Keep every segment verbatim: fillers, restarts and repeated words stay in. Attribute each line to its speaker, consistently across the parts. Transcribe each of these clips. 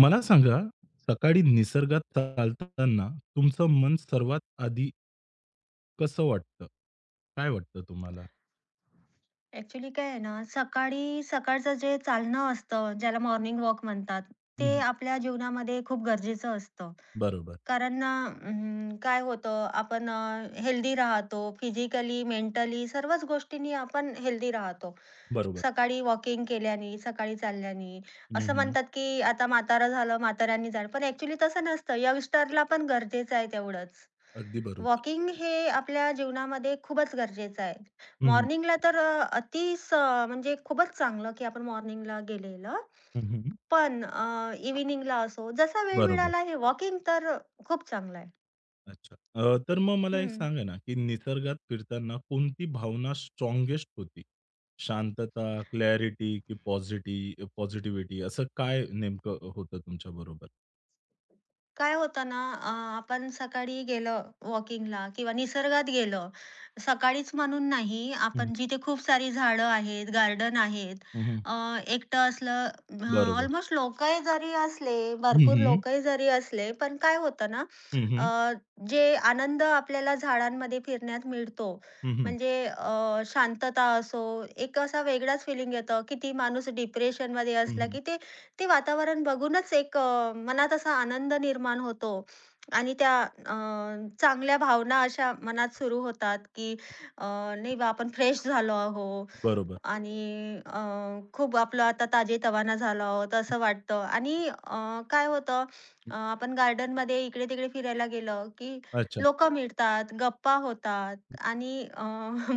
Speaker 1: मला सांगा, सकाळी निसर्गात चालताना तुमचं मन सर्वात आधी कसं वाटतं? काय वाटतं तुम्हाला?
Speaker 2: ॲक्चुअली काय आहे ना, सकाळी सकाळचं जे चालणं असतं, ज्याला मॉर्निंग वॉक म्हणतात,
Speaker 1: हं,
Speaker 2: ते
Speaker 1: हं.
Speaker 2: आपल्या जीवनामध्ये खूप गरजेचं असतं.
Speaker 1: बरोबर,
Speaker 2: कारण अ, अं, काय होतं, आपण हेल्दी राहतो. फिजिकली, मेंटली सर्वच गोष्टींनी आपण हेल्दी राहतो.
Speaker 1: बरोबर.
Speaker 2: सकाळी वॉकिंग केल्याने, सकाळी चालल्याने. असं
Speaker 1: हं,
Speaker 2: म्हणतात, की आता म्हातारं झालं, म्हाताऱ्यांनी जाणं. पण ॲक्चुअली तसं नसतं. यंगस्टरला पण गरजेचं आहे तेवढंच.
Speaker 1: अगदी बरोबर.
Speaker 2: वॉकिंग हे आपल्या जीवनामध्ये खूपच गरजेचं आहे.
Speaker 1: हं, हं.
Speaker 2: मॉर्निंगला तर अ, अतिच अ, म्हणजे खूपच चांगलं, की आपण मॉर्निंगला गेलेलं. पण अ, असो, जसा वेळ
Speaker 1: बरोबर.
Speaker 2: मिळाला हे वॉकिंग तर खूप चांगलं आहे.
Speaker 1: अच्छा. अ, तर मग मला एक
Speaker 2: हं.
Speaker 1: सांगा ना, की निसर्गात फिरताना कोणती भावना स्ट्राँगेस्ट होती? शांतता, क्लॅरिटी की पॉझिटी पॉझिटिव्हिटी असं काय नेमकं होतं तुमच्याबरोबर?
Speaker 2: काय होतं ना, अ, आपण सकाळी गेलो वॉकिंगला किंवा निसर्गात गेलो. सकाळीच म्हणून नाही,
Speaker 1: हं, हं.
Speaker 2: आपण जिथे खूप सारी झाडं आहेत, गार्डन आहेत,
Speaker 1: हं,
Speaker 2: अ, एकटं असलं, अ,
Speaker 1: बरोबर.
Speaker 2: ऑलमोस्ट लोकही जरी असले,
Speaker 1: हं,
Speaker 2: भरपूर
Speaker 1: हं.
Speaker 2: लोकही जरी असले, पण काय होतं ना,
Speaker 1: हं, हं.
Speaker 2: अ, जे आनंद आपल्याला झाडांमध्ये फिरण्यात मिळतो, म्हणजे अ, शांतता असो, एक असा वेगळाच फिलिंग येतं, की ती माणूस डिप्रेशनमध्ये असला, की ते ते वातावरण बघूनच एक अ, मनात असा आनंद निर्माण होतो आणि त्या अ, चांगल्या भावना अशा मनात सुरू होतात, की अ, "नाही बा, आपण फ्रेश झालो आहो
Speaker 1: बरोबर.
Speaker 2: आणि अ, खूप आपलं आता ताजेतवाना झालो आहोत असं वाटतं आणि अ, काय होतं, अ, आपण गार्डनमध्ये इकडे-तिकडे फिरायला गेलं, की
Speaker 1: अच्छा.
Speaker 2: लोकं मिळतात, गप्पा होतात आणि अ,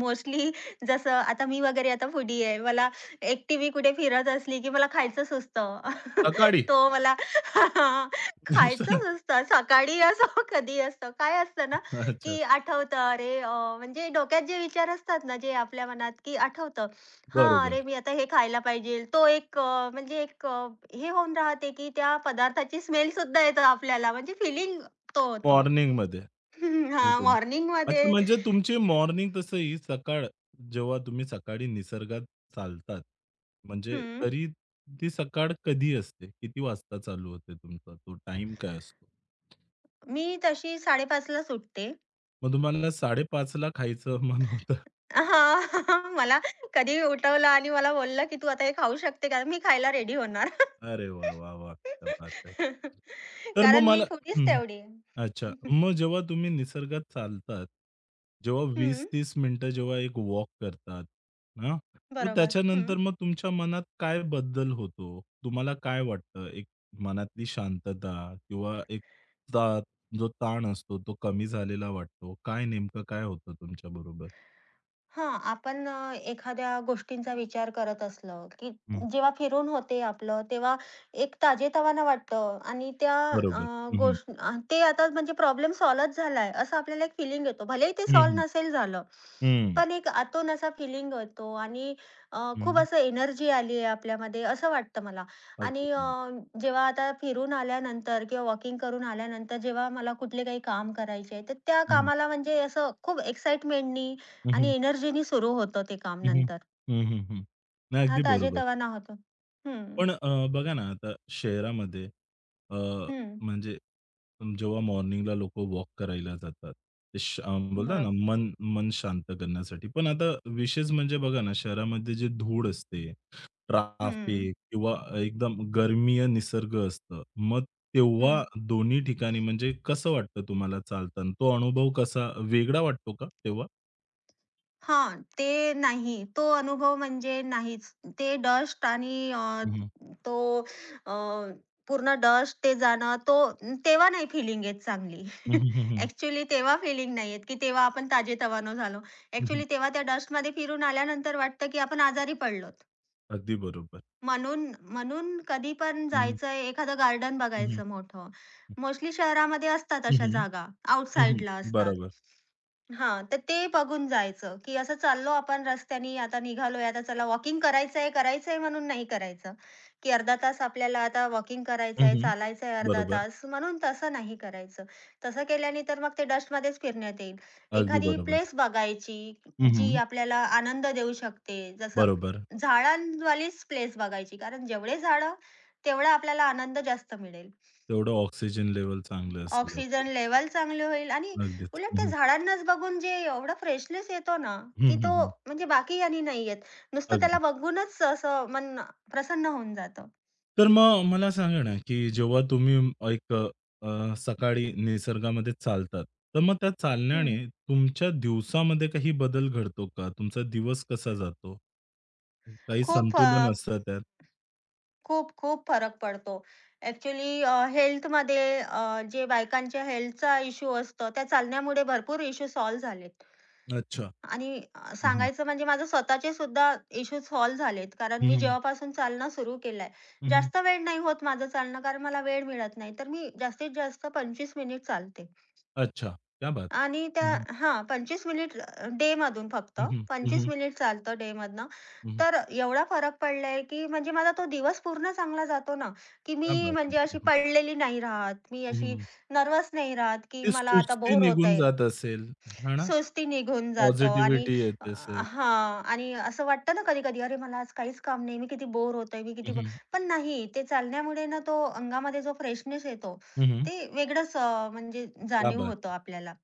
Speaker 2: मोस्टली जसं आता मी वगैरे आता फूडी आहे. मला एकटी मी कुठे फिरत असली, की मला खायचं सुचतं.
Speaker 1: सकाळी?
Speaker 2: तो मला खायचं सुचतं. सकाळी असो, कधी असतं. काय असतं ना,
Speaker 1: अच्छा.
Speaker 2: की आठवतं अरे, अ, म्हणजे डोक्यात जे विचार असतात ना, जे आपल्या मनात, की आठवतं हां,
Speaker 1: बरोबर.
Speaker 2: अरे मी आता हे खायला पाहिजे. तो एक अ, म्हणजे एक अ, हे होऊन राहते, की त्या पदार्थाची स्मेलसुद्धा येतं आपल्याला, म्हणजे फिलिंग तो होतो.
Speaker 1: मॉर्निंगमध्ये.
Speaker 2: हां,
Speaker 1: उठून.
Speaker 2: मॉर्निंगमध्ये
Speaker 1: अच्छा म्हणजे तुमची मॉर्निंग तसं सकाळ जेव्हा तुम्ही सकाळी निसर्गात चालतात, म्हणजे
Speaker 2: हं.
Speaker 1: तरी ती सकाळ कधी असते? किती वाजता चालू होते तुमचा तो टाईम काय असतो?
Speaker 2: मी तशी साडे पाच ला सुटते.
Speaker 1: मग तुम्हाला साडे पाच ला खायचं मन होतं.
Speaker 2: हां, मला कधी उठवलं आणि मला बोललं, की "तू आता हे खाऊ शकते का?" मी खायला रेडी होणार.
Speaker 1: अरे वाह, वाह, वाह! क्या बात है. तर मग
Speaker 2: कारण मी
Speaker 1: मला
Speaker 2: फूडीच
Speaker 1: हं.
Speaker 2: तेवढी आहे.
Speaker 1: अच्छा. मग जेव्हा तुम्ही निसर्गात चालतात, जेव्हा
Speaker 2: हं,
Speaker 1: वीस ते तीस मिनिटं जेव्हा एक वॉक करतात, हां? मग
Speaker 2: बरोबर. हं.
Speaker 1: त्याच्यानंतर मग तुमच्या मनात काय बदल होतो? तुम्हाला काय वाटतं? एक मनातली शांतता किंवा एक ता जो ताण असतो तो कमी झालेला वाटतो. काय नेमकं काय होतं तुमच्याबरोबर?
Speaker 2: हां, आपण अ, एखाद्या गोष्टींचा विचार करत असलं, की
Speaker 1: हं.
Speaker 2: जेव्हा फिरून होते आपलं, तेव्हा एक ताजेतवानं वाटतं आणि त्या अ,
Speaker 1: बरोबर. हं, हं.
Speaker 2: गोष्ट अ, ते आता म्हणजे प्रॉब्लेम सॉल्व्हच झालाय, असं आपल्याला एक फीलिंग येतो. भलेही ते
Speaker 1: हं, हं.
Speaker 2: सॉल्व्ह नसेल झालं,
Speaker 1: हं.
Speaker 2: पण एक आतून असा फीलिंग येतो आणि अ, खूप असं एनर्जी आली आहे आपल्यामध्ये, असं वाटतं मला. आणि अ,
Speaker 1: अगदी.
Speaker 2: जेव्हा आता फिरून आल्यानंतर किंवा वॉकिंग करून आल्यानंतर जेव्हा मला कुठले काही काम करायचे आहे, तर त्या
Speaker 1: हं,
Speaker 2: कामाला म्हणजे असं खूप एक्साईटमेंटनी
Speaker 1: हं, हं.
Speaker 2: आणि एनर्जीनी सुरू होतं ते काम
Speaker 1: हं, हं.
Speaker 2: नंतर.
Speaker 1: हं, हं, हं. नाही,
Speaker 2: हा
Speaker 1: अगदी बरोबर.
Speaker 2: ताजेतवाना होतो. हं,
Speaker 1: पण अ, बघा ना, आता शहरामध्ये अ,
Speaker 2: हं.
Speaker 1: म्हणजे जेव्हा मॉर्निंगला लोकं वॉक करायला जातात, ते श अ, बोलतात ना,
Speaker 2: बरोबर.
Speaker 1: मन मन शांत करण्यासाठी. पण आता विशेष म्हणजे बघा ना, शहरामध्ये जे धूळ असते,
Speaker 2: हं,
Speaker 1: ट्रॅफिक किंवा एकदम गर्मीय निसर्ग असतं. मग
Speaker 2: हं.
Speaker 1: तेव्हा दोन्ही ठिकाणी म्हणजे कसं वाटतं तुम्हाला चालताना? तो अनुभव कसा वेगळा वाटतो का तेव्हा?
Speaker 2: हां, ते नाही. तो अनुभव म्हणजे नाहीच. ते डस्ट आणि अ,
Speaker 1: हं, हं.
Speaker 2: तो अ, पूर्ण डस्ट ते जाणं, तो तेव्हा नाही फीलिंग येत चांगली.
Speaker 1: हं, हं, हं,
Speaker 2: ॲक्चुअली तेव्हा फीलिंग नाही येत, की तेव्हा आपण ताजेतवानं झालो. ॲक्चुअली तेव्हा त्या डस्टमध्ये फिरून आल्यानंतर वाटतं, की आपण आजारी पडलोत.
Speaker 1: अगदी बरोबर.
Speaker 2: म्हणून म्हणून कधी पण
Speaker 1: हं, हं.
Speaker 2: जायचंय, एखादं गार्डन
Speaker 1: हं, हं.
Speaker 2: बघायचं मोठं. मोस्टली शहरामध्ये असतात अशा जागा, आउटसाइडला असतात.
Speaker 1: बरोबर.
Speaker 2: हा तर ते बघून जायचं, की असं चाललो आपण रस्त्यानी, आता निघालोय, आता चला वॉकिंग करायचंय, करायचंय म्हणून नाही करायचं, की अर्धा तास आपल्याला आता वॉकिंग
Speaker 1: हं,
Speaker 2: करायचंय,
Speaker 1: हं.
Speaker 2: चालायचंय अर्धा
Speaker 1: बरोबर.
Speaker 2: तास म्हणून तसं नाही करायचं. तसं केल्याने तर मग ते डस्टमध्येच फिरण्यात येईल.
Speaker 1: अगदी
Speaker 2: एखादी
Speaker 1: बरोबर.
Speaker 2: प्लेस बघायची,
Speaker 1: हं,
Speaker 2: जी
Speaker 1: हं.
Speaker 2: आपल्याला आनंद देऊ शकते. जसं
Speaker 1: बरोबर.
Speaker 2: झाडांवालीच प्लेस बघायची, कारण जेवढे झाडं, तेवढा आपल्याला आनंद जास्त मिळेल.
Speaker 1: तेवढं ऑक्सिजन लेव्हल चांगलं असेल आपलं.
Speaker 2: ऑक्सिजन लेवल चांगली होईल आणि
Speaker 1: अगदीच.
Speaker 2: उलट
Speaker 1: हं,
Speaker 2: त्या
Speaker 1: हं.
Speaker 2: झाडांनाच बघून जे एवढा फ्रेशनेस येतो ना,
Speaker 1: हं,
Speaker 2: की
Speaker 1: हं,
Speaker 2: तो
Speaker 1: हं.
Speaker 2: म्हणजे बाकी ह्यानी नाही येत. नुसतं
Speaker 1: अगदी.
Speaker 2: त्याला बघूनच असं मन प्रसन्न होऊन जातं.
Speaker 1: तर मग मला सांगा ना, की जेव्हा तुम्ही एक अ, सकाळी निसर्गामध्ये चालतात, तर मग त्या चालण्याने
Speaker 2: हं.
Speaker 1: तुमच्या दिवसामध्ये काही बदल घडतो का? तुमचा दिवस कसा जातो? काही
Speaker 2: खूप अ,
Speaker 1: संतुलन असतं त्यात?
Speaker 2: खूप खूप फरक पडतो. ॲक्चुअली अ, हेल्थमध्ये अ, जे बायकांच्या हेल्थचा इश्यू असतो, त्या चालण्यामुळे भरपूर इश्यू सॉल्व्ह झालेत.
Speaker 1: अच्छा.
Speaker 2: आणि अ,
Speaker 1: हं, हं.
Speaker 2: सांगायचं म्हणजे माझे स्वतःचे सुद्धा इश्यू सॉल्व्ह झालेत. कारण
Speaker 1: हं,
Speaker 2: मी
Speaker 1: हं.
Speaker 2: जेव्हापासून चालणं सुरू केलंय,
Speaker 1: हं, हं.
Speaker 2: जास्त वेळ नाही होत माझं चालणं, कारण मला वेळ मिळत नाही. तर मी जास्तीत जास्त पंचवीस मिनिट चालते
Speaker 1: अच्छा. क्या बात है!
Speaker 2: आणि त्या
Speaker 1: हं, हं.
Speaker 2: हां, पंचवीस मिनिट अ, डेमधून फक्त
Speaker 1: हं, हं. हं,
Speaker 2: पंचवीस
Speaker 1: हं.
Speaker 2: मिनिट चालतं डेमधनं.
Speaker 1: हं, हं.
Speaker 2: तर एवढा फरक पडलाय, की म्हणजे माझा तो दिवस पूर्ण चांगला जातो ना, की
Speaker 1: क्या
Speaker 2: मी
Speaker 1: बात है!
Speaker 2: म्हणजे
Speaker 1: हं,
Speaker 2: अशी
Speaker 1: हं.
Speaker 2: पडलेली नाही राहत. मी
Speaker 1: हं,
Speaker 2: अशी
Speaker 1: हं.
Speaker 2: नर्व्हस नाही राहत, की
Speaker 1: ती
Speaker 2: मला आता
Speaker 1: सुस्ती
Speaker 2: बोर
Speaker 1: निघून
Speaker 2: होतंय.
Speaker 1: जात असेल, हां ना?
Speaker 2: सुस्ती निघून जातं आणि
Speaker 1: पॉझिटिव्हिटी
Speaker 2: अ,
Speaker 1: येत असेल.
Speaker 2: हां आणि असं वाटतं ना कधी-कधी, "अरे, मला आज काहीच काम नाही. मी किती बोर होतोय, मी
Speaker 1: हं,
Speaker 2: किती bo-"
Speaker 1: हं.
Speaker 2: पण नाही, ते चालण्यामुळे ना तो अंगामध्ये जो फ्रेशनेस येतो,
Speaker 1: हं, हं.
Speaker 2: ते वेगळंच, अ, म्हणजे
Speaker 1: क्या
Speaker 2: जाणीव
Speaker 1: बात
Speaker 2: होतं
Speaker 1: है!
Speaker 2: आपल्याला.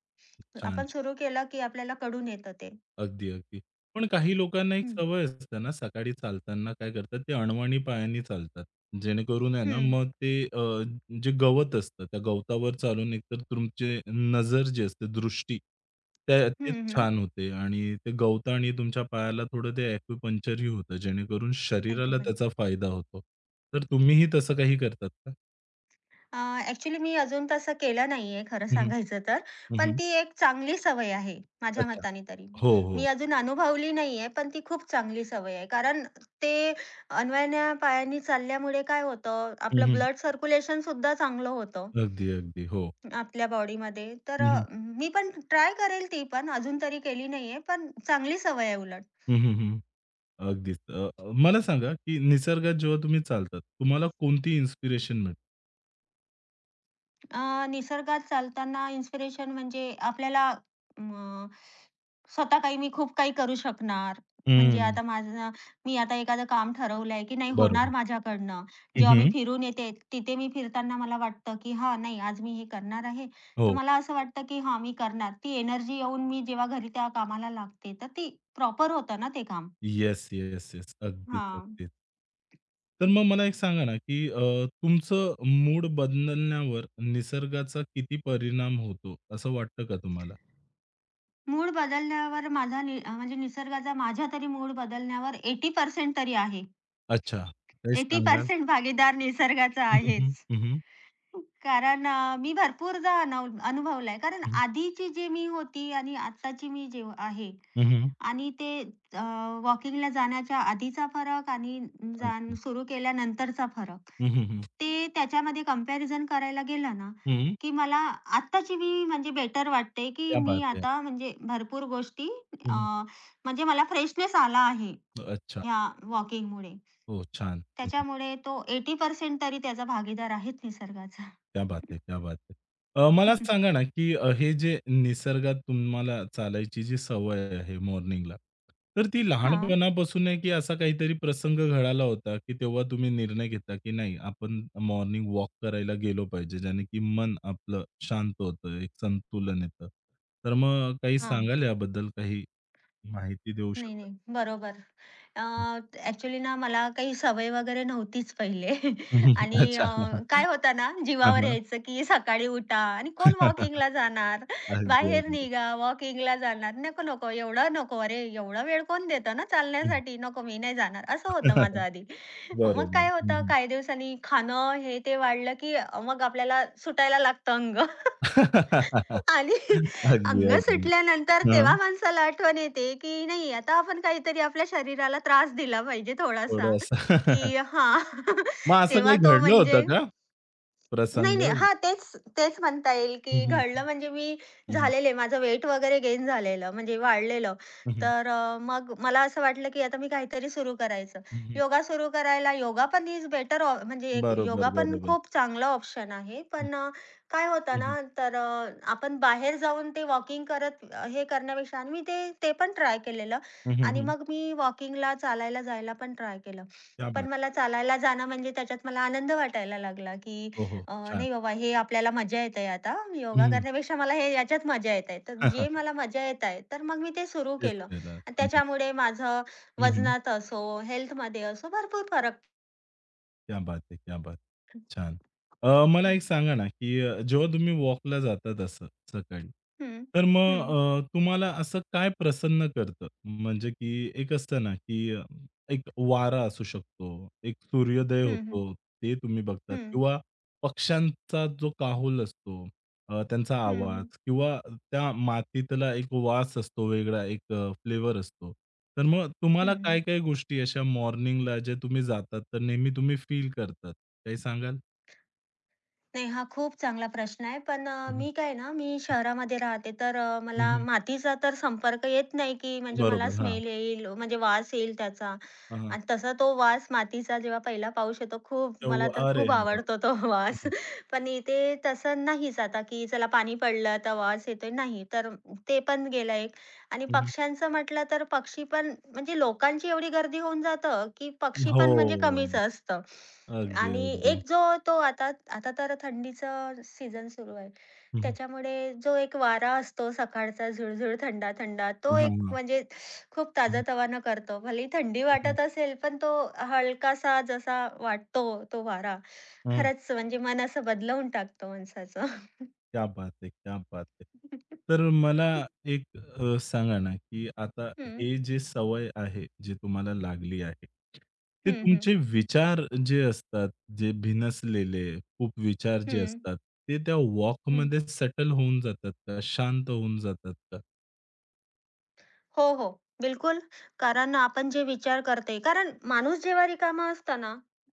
Speaker 1: छान,
Speaker 2: आपण
Speaker 1: छान.
Speaker 2: सुरू केलं की आपल्याला कळून येतं ते.
Speaker 1: अगदी, अगदी. पण काही लोकांना एक
Speaker 2: हं,
Speaker 1: सवय असते ना, सकाळी चालताना काय करतात, ते अणवणी पायानी चालतात. जेणेकरून आहे ना,
Speaker 2: हं,
Speaker 1: मग ते अ, जे गवत असतं, त्या गवतावर चालून एकतर तुमची नजर जी असते, दृष्टी, त्या तेच
Speaker 2: हं, हं.
Speaker 1: छान होते आणि ते गवतं आणि तुमच्या पायाला थोडं ते ॲक्युपंक्चरही होतं, जेणेकरून
Speaker 2: ऐकू
Speaker 1: शरीराला
Speaker 2: पण
Speaker 1: त्याचा फायदा होतो. तर तुम्हीही तसं काही करतात का?
Speaker 2: अ, ॲक्चुअली मी अजून तसं केलं नाहीये खरं
Speaker 1: हं, हं.
Speaker 2: सांगायचं तर.
Speaker 1: हं,
Speaker 2: पण
Speaker 1: हं.
Speaker 2: ती एक चांगली सवय आहे, माझ्या
Speaker 1: अच्छा.
Speaker 2: मताने तरी.
Speaker 1: हो, हो.
Speaker 2: मी अजून अनुभवली नाहीये, पण ती खूप चांगली सवय आहे. कारण ते अन्वयाच्या पायाने चालल्यामुळे काय होतं,
Speaker 1: हं,
Speaker 2: आपलं
Speaker 1: हं.
Speaker 2: ब्लड सर्क्युलेशनसुद्धा चांगलं होतं
Speaker 1: अगदी, अगदी. हो.
Speaker 2: आपल्या बॉडीमध्ये. तर
Speaker 1: हं,
Speaker 2: अ,
Speaker 1: हं.
Speaker 2: मी पण ट्राय करेल ती पण, अजून तरी केली नाहीये, पण चांगली सवय आहे उलट.
Speaker 1: हं, हं, हं. अगदीच. अ, अ, मला सांगा, की निसर्गात जेव्हा तुम्ही चालतात, तुम्हाला कोणती इन्स्पिरेशन मिळते?
Speaker 2: अ, निसर्गात चालताना इन्स्पिरेशन म्हणजे आपल्याला म, स्वतः काही मी खूप काही करू शकणार. म्हणजे
Speaker 1: हं.
Speaker 2: आता माझं मी आता एखादं काम ठरवलंय, की नाही होणार
Speaker 1: बरोबर.
Speaker 2: माझ्याकडनं.
Speaker 1: हं,
Speaker 2: जेव्हा मी
Speaker 1: हं.
Speaker 2: फिरून येते, तिथे मी फिरताना मला वाटतं, की हां, नाही आज मी हे करणार आहे. तर
Speaker 1: हो.
Speaker 2: मला असं वाटतं, की हां, मी करणार. ती एनर्जी येऊन मी जेव्हा घरी त्या कामाला लागते, तर ती प्रॉपर होतं ना ते काम.
Speaker 1: Yes, yes, yes. अगदीच,
Speaker 2: हां.
Speaker 1: अगदीच. तर मग मला एक सांगा ना, की अ, तुमचं मूड बदलण्यावर निसर्गाचा किती परिणाम होतो, असं वाटतं का तुम्हाला?
Speaker 2: मूड बदलण्यावर माझा नि अ, म्हणजे निसर्गाचा माझ्या तरी मूड बदलण्यावर ऐंशी टक्के तरी आहे.
Speaker 1: अच्छा. काही सांगाल?
Speaker 2: ऐंशी टक्के भागीदार निसर्गाचा
Speaker 1: हं, हं,
Speaker 2: आहेच.
Speaker 1: हं. हं,
Speaker 2: कारण अ, मी भरपूरदा अनव अनुभवलाय. कारण
Speaker 1: हं.
Speaker 2: आधीची जी मी होती आणि आत्ताची मी जे आहे
Speaker 1: हं, हं.
Speaker 2: आणि ते वॉकिंगला जाण्याच्या आधीचा फरक आणि जाण
Speaker 1: अगदी.
Speaker 2: सुरू केल्यानंतरचा फरक.
Speaker 1: हं, हं, हं.
Speaker 2: ते त्याच्यामध्ये कंपॅरिझन करायला गेलं ना,
Speaker 1: हं. हं.
Speaker 2: की मला आत्ताची मी म्हणजे बेटर वाटते, की
Speaker 1: क्या
Speaker 2: मी
Speaker 1: बात है!
Speaker 2: आता म्हणजे भरपूर गोष्टी,
Speaker 1: हं,
Speaker 2: अ,
Speaker 1: हं.
Speaker 2: म्हणजे मला फ्रेशनेस आला आहे
Speaker 1: अच्छा.
Speaker 2: ह्या वॉकिंगमुळे.
Speaker 1: हो, छान. हं, हं.
Speaker 2: त्याच्यामुळे तो ऐंशी टक्के तरी त्याचा भागीदार आहेच निसर्गाचा.
Speaker 1: क्या बात है! क्या बात है! अ, मला सांगा ना, की अ, हे जे निसर्गात तुम्हाला चालायची जी सवय आहे मॉर्निंगला, तर ती
Speaker 2: हां,
Speaker 1: लहानपणापासून आहे, की असा काहीतरी प्रसंग घडाला होता, की तेव्हा तुम्ही निर्णय घेतला, की नाही आपण मॉर्निंग वॉक करायला गेलो पाहिजे, ज्याने की मन आपलं शांत होतं, एक संतुलन येतं. तर मग काही
Speaker 2: हां.
Speaker 1: सांगाल याबद्दल काही माहिती देऊ
Speaker 2: नाही,
Speaker 1: शकाल?
Speaker 2: नाही. बरोबर. अ,
Speaker 1: हं,
Speaker 2: ना मला काही सवय वगैरे नव्हतीच पहिले
Speaker 1: हं.
Speaker 2: आणि अ,
Speaker 1: अच्छा.
Speaker 2: काय होतं ना
Speaker 1: हां,
Speaker 2: जीवावर
Speaker 1: हां.
Speaker 2: यायचं, की सकाळी उठा आणि कोण वॉकिंगला जाणार?
Speaker 1: अगदी,
Speaker 2: बाहेर
Speaker 1: अगदी.
Speaker 2: निघा, वॉकिंगला जाणार. नको, नको एवढं नको. अरे, एवढा वेळ कोण देतं ना
Speaker 1: हं.
Speaker 2: चालण्यासाठी. नको, मी नाही जाणार. असं होतं माझं आधी. मग काय
Speaker 1: बरोबर.
Speaker 2: होतं
Speaker 1: हं,
Speaker 2: काही दिवसांनी खाणं हे ते वाढलं, की मग आपल्याला सुटायला लागतं अंग. आणि
Speaker 1: हं. अगदी,
Speaker 2: अंग
Speaker 1: अगदी.
Speaker 2: सुटल्यानंतर तेव्हा
Speaker 1: हां.
Speaker 2: माणसाला आठवण येते, की नाही आता आपण काहीतरी आपल्या शरीराला त्रास दिला पाहिजे थोडासा,
Speaker 1: थोडं असं
Speaker 2: की हां.
Speaker 1: मग असं
Speaker 2: तेव्हा
Speaker 1: काही
Speaker 2: तो
Speaker 1: घडलं होतं
Speaker 2: म्हणजे
Speaker 1: का
Speaker 2: नाही,
Speaker 1: प्रसंग?
Speaker 2: नाही. हां, तेच तेच म्हणता येईल,
Speaker 1: हं,
Speaker 2: की
Speaker 1: हं.
Speaker 2: घडलं म्हणजे मी
Speaker 1: हं, हं.
Speaker 2: झालेले माझं वेट वगैरे गेन झालेलं म्हणजे वाढलेलं. तर अ, मग मला असं वाटलं, की आता मी काहीतरी सुरू करायचं. योगा सुरू करायला योगा पण इज बेटर ऑ म्हणजे एक
Speaker 1: बरोबर,
Speaker 2: योगा पण
Speaker 1: बरोबर.
Speaker 2: खूप चांगला ऑप्शन आहे.
Speaker 1: हं,
Speaker 2: पण अ, काय होतं
Speaker 1: हं, हं.
Speaker 2: ना, तर अ, आपण बाहेर जाऊन ते वॉकिंग करत अ, हे करण्यापेक्षा आणि मी ते ते पण ट्राय केलेलं
Speaker 1: हं,
Speaker 2: आणि
Speaker 1: हं,
Speaker 2: मग मी वॉकिंगला चालायला जायला पण ट्राय केलं.
Speaker 1: क्या
Speaker 2: पण
Speaker 1: बात!
Speaker 2: मला चालायला जाणं म्हणजे त्याच्यात मला आनंद वाटायला लागला, की
Speaker 1: हो, हो.
Speaker 2: अ,
Speaker 1: छान.
Speaker 2: नाही बाबा हे आपल्याला मजा येत आहे आता. योगा
Speaker 1: हं,
Speaker 2: करण्यापेक्षा मला हे याच्यात मजा येत आहे. तर जे मला मजा येत आहे, तर मग मी ते सुरू
Speaker 1: तेच
Speaker 2: केलं.
Speaker 1: केलं.
Speaker 2: आणि त्याच्यामुळे माझं
Speaker 1: हं, हं.
Speaker 2: वजनात असो, हेल्थमध्ये असो भरपूर फरक.
Speaker 1: क्या बात है! क्या बात! छान. अ, मला
Speaker 2: हं,
Speaker 1: एक सांगा ना, की अ, जेव्हा तुम्ही वॉकला जातात असं सकाळी,
Speaker 2: हं,
Speaker 1: तर मग
Speaker 2: हं,
Speaker 1: अ, तुम्हाला असं काय प्रसन्न करतं? म्हणजे की एक असतं ना, की अ, एक वारा असू शकतो, एक सूर्योदय
Speaker 2: हं, हं,
Speaker 1: होतो, ते तुम्ही बघतात
Speaker 2: हं,
Speaker 1: किंवा पक्ष्यांचा जो काहूल असतो, अ, त्यांचा
Speaker 2: हं,
Speaker 1: आवाज
Speaker 2: हं.
Speaker 1: किंवा त्या मातीतला एक वास असतो वेगळा, एक फ्लेवर असतो. तर मग तुम्हाला काय-काय गोष्टी अशा मॉर्निंगला जे तुम्ही जातात, तर नेहमी तुम्ही फील करतात, काही सांगाल?
Speaker 2: नाही, हा खूप चांगला प्रश्न आहे. पण अ,
Speaker 1: हं, हं.
Speaker 2: मी काय ना, मी शहरामध्ये राहते, तर अ, मला
Speaker 1: हं,
Speaker 2: मातीचा तर संपर्क येत नाही, की म्हणजे मला
Speaker 1: बरोबर. हां,
Speaker 2: स्मेल येईल, म्हणजे वास येईल त्याचा.
Speaker 1: हां, हां.
Speaker 2: आणि तसा तो वास मातीचा जेव्हा पहिला पाऊस येतो, खूप मला तर
Speaker 1: तेव्हा अरे!
Speaker 2: खूप
Speaker 1: हां,
Speaker 2: आवडतो तो
Speaker 1: हं,
Speaker 2: वास.
Speaker 1: हं.
Speaker 2: पण इथे तसं नाहीच आता, की चला पाणी पडलं तर वास येतोय, नाही. तर ते पण गेलं एक. आणि पक्ष्यांचं म्हटलं तर पक्षी पण म्हणजे लोकांची एवढी गर्दी होऊन जातं, की पक्षी
Speaker 1: हो.
Speaker 2: पण म्हणजे कमीच असतं.
Speaker 1: अगदी,
Speaker 2: आणि
Speaker 1: अगदी.
Speaker 2: एक जो तो आता आता तर थंडीचं सीझन सुरू आहे.
Speaker 1: हं, हं.
Speaker 2: त्याच्यामुळे जो एक वारा असतो सकाळचा झुळझुळ थंडा-थंडा, तो
Speaker 1: हां,
Speaker 2: एक
Speaker 1: हां.
Speaker 2: म्हणजे खूप ताजंतवानं करतो. भलेही थंडी
Speaker 1: हं, हं.
Speaker 2: वाटत असेल, पण तो हलकासा जसा वाटतो तो वारा,
Speaker 1: हं.
Speaker 2: खरंच म्हणजे मन असं बदलवून टाकतो माणसाचं.
Speaker 1: क्या बात है! क्या बात है! तर मला एक अ, सांगा ना, की आता
Speaker 2: हं,
Speaker 1: हे जे सवय आहे, जी तुम्हाला लागली आहे, ते
Speaker 2: हं, हं,
Speaker 1: तुमचे विचार जे असतात, जे भिनसलेले खूप विचार जे
Speaker 2: हं,
Speaker 1: असतात, ते त्या
Speaker 2: हं.
Speaker 1: वॉकमध्ये सेटल होऊन जातात का? शांत होऊन जातात का?
Speaker 2: हो, हो. बिलकुल. कारण आपण जे विचार करते, कारण माणूस जेव्हा रिकामा असतो ना,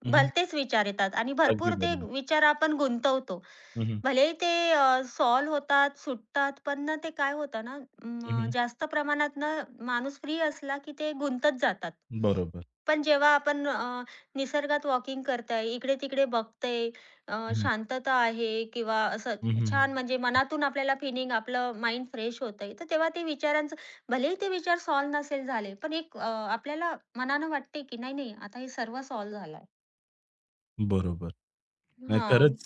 Speaker 1: हं, हं.
Speaker 2: भलतेच विचार येतात आणि
Speaker 1: अगदी
Speaker 2: भरपूर ते
Speaker 1: बरोबर.
Speaker 2: विचार आपण गुंतवतो.
Speaker 1: हं, हं.
Speaker 2: भलेही ते अ, सॉल्व्ह होतात, सुटतात, पण ना ते काय होतं ना,
Speaker 1: हं,
Speaker 2: म
Speaker 1: हं.
Speaker 2: जास्त प्रमाणात ना माणूस फ्री असला की ते गुंतत जातात.
Speaker 1: बरोबर.
Speaker 2: पण जेव्हा आपण अ, निसर्गात वॉकिंग करताय, इकडे-तिकडे बघतंय, अ,
Speaker 1: हं, हं.
Speaker 2: शांतता आहे किंवा असं छान, म्हणजे मनातून आपल्याला फिलिंग आपलं माइंड फ्रेश होतंय, तर तेव्हा ते विचारांचं, भलेही ते विचार सॉल्व्ह नसेल झाले, पण एक अ, आपल्याला मनानं वाटते, की नाही, नाही आता हे सर्व सॉल्व्ह झालंय.
Speaker 1: बरोबर. नाही
Speaker 2: हां.
Speaker 1: खरंच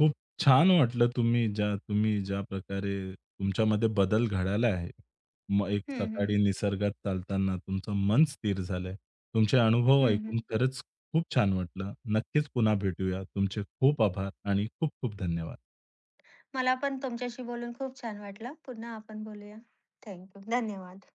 Speaker 1: खूप छान वाटलं तुम्ही ज्या तुम्ही ज्या प्रकारे तुमच्यामध्ये बदल घडायला आहे. मग एक
Speaker 2: हं, हं.
Speaker 1: सकाळी निसर्गात चालताना तुमचं मन स्थिर झालंय. तुमचे अनुभव
Speaker 2: हं, हं.
Speaker 1: ऐकून खरंच खूप छान वाटलं. नक्कीच पुन्हा भेटूया. तुमचे खूप आभार आणि खूप खूप धन्यवाद.
Speaker 2: मला पण तुमच्याशी बोलून खूप छान वाटलं. पुन्हा आपण बोलूया. Thank you. धन्यवाद.